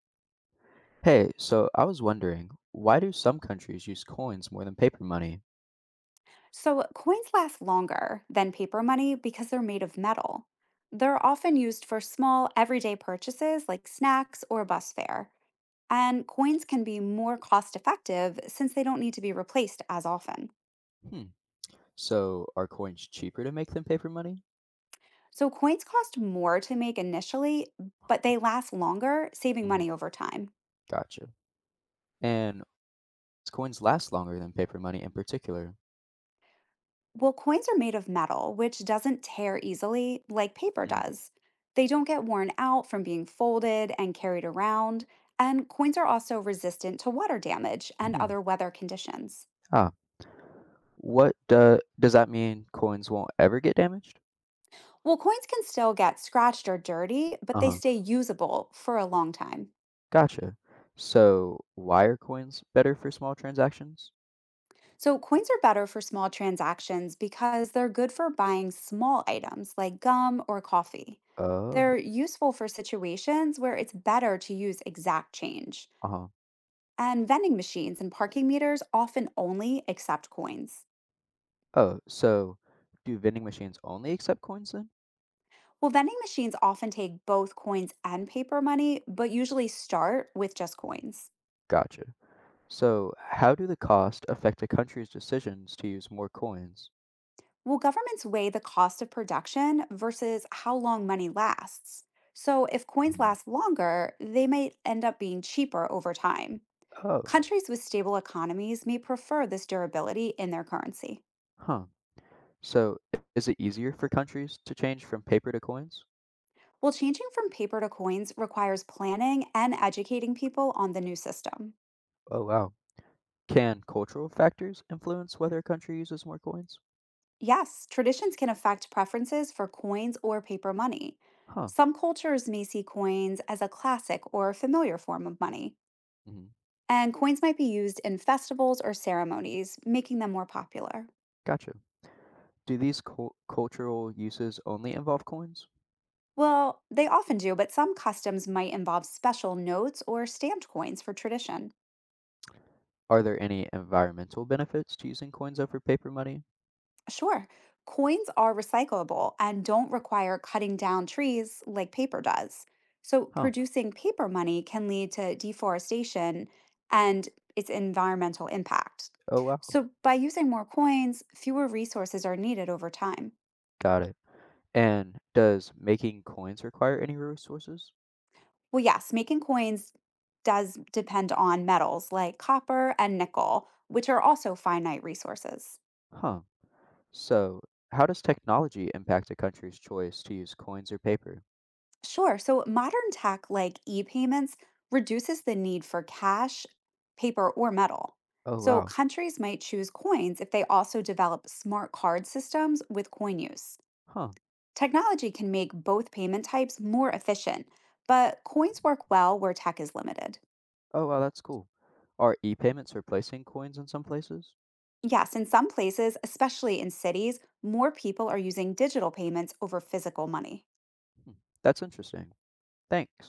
Hey, so I was wondering, why do some countries use coins more than paper money? So, coins last longer than paper money because they're made of metal. They're often used for small, everyday purchases like snacks or bus fare. And coins can be more cost effective since they don't need to be replaced as often. Hmm. So are coins cheaper to make than paper money? So, coins cost more to make initially, but they last longer, saving Mm, money over time. gotcha. And coins last longer than paper money in particular. Well, coins are made of metal, which doesn't tear easily like paper Mm. does. They don't get worn out from being folded and carried around, and coins are also resistant to water damage and Hmm. other weather conditions. Ah, does that mean coins won't ever get damaged? Well, coins can still get scratched or dirty, but they Uh-huh. stay usable for a long time. Gotcha. So why are coins better for small transactions? So, coins are better for small transactions because they're good for buying small items like gum or coffee. Oh, They're useful for situations where it's better to use exact change. uh-huh. And vending machines and parking meters often only accept coins. Oh, so do vending machines only accept coins then? Well, vending machines often take both coins and paper money, but usually start with just coins. Gotcha. So, how do the cost affect a country's decisions to use more coins? Well, governments weigh the cost of production versus how long money lasts. So, if coins Mhm. last longer, they may end up being cheaper over time. Oh, Countries with stable economies may prefer this durability in their currency. huh. So, is it easier for countries to change from paper to coins? Well, changing from paper to coins requires planning and educating people on the new system. Oh, wow. Can cultural factors influence whether a country uses more coins? Yes, traditions can affect preferences for coins or paper money. Huh. Some cultures may see coins as a classic or familiar form of money, Mhm. and coins might be used in festivals or ceremonies, making them more popular. Gotcha. Do these cultural uses only involve coins? Well, they often do, but some customs might involve special notes or stamped coins for tradition. Are there any environmental benefits to using coins over paper money? Sure. Coins are recyclable and don't require cutting down trees like paper does. So, Huh, producing paper money can lead to deforestation and its environmental impact. oh, wow. So, by using more coins, fewer resources are needed over time. Got it. And does making coins require any resources? Well, yes, making coins does depend on metals like copper and nickel, which are also finite resources. Huh. So, how does technology impact a country's choice to use coins or paper? Sure. So modern tech like e-payments reduces the need for cash, paper, or metal. Oh, So wow. countries might choose coins if they also develop smart card systems with coin use. Huh. Technology can make both payment types more efficient, but coins work well where tech is limited. Oh, wow, that's cool. Are e payments replacing coins in some places? Yes, in some places, especially in cities, more people are using digital payments over physical money. Hmm. That's interesting. Thanks.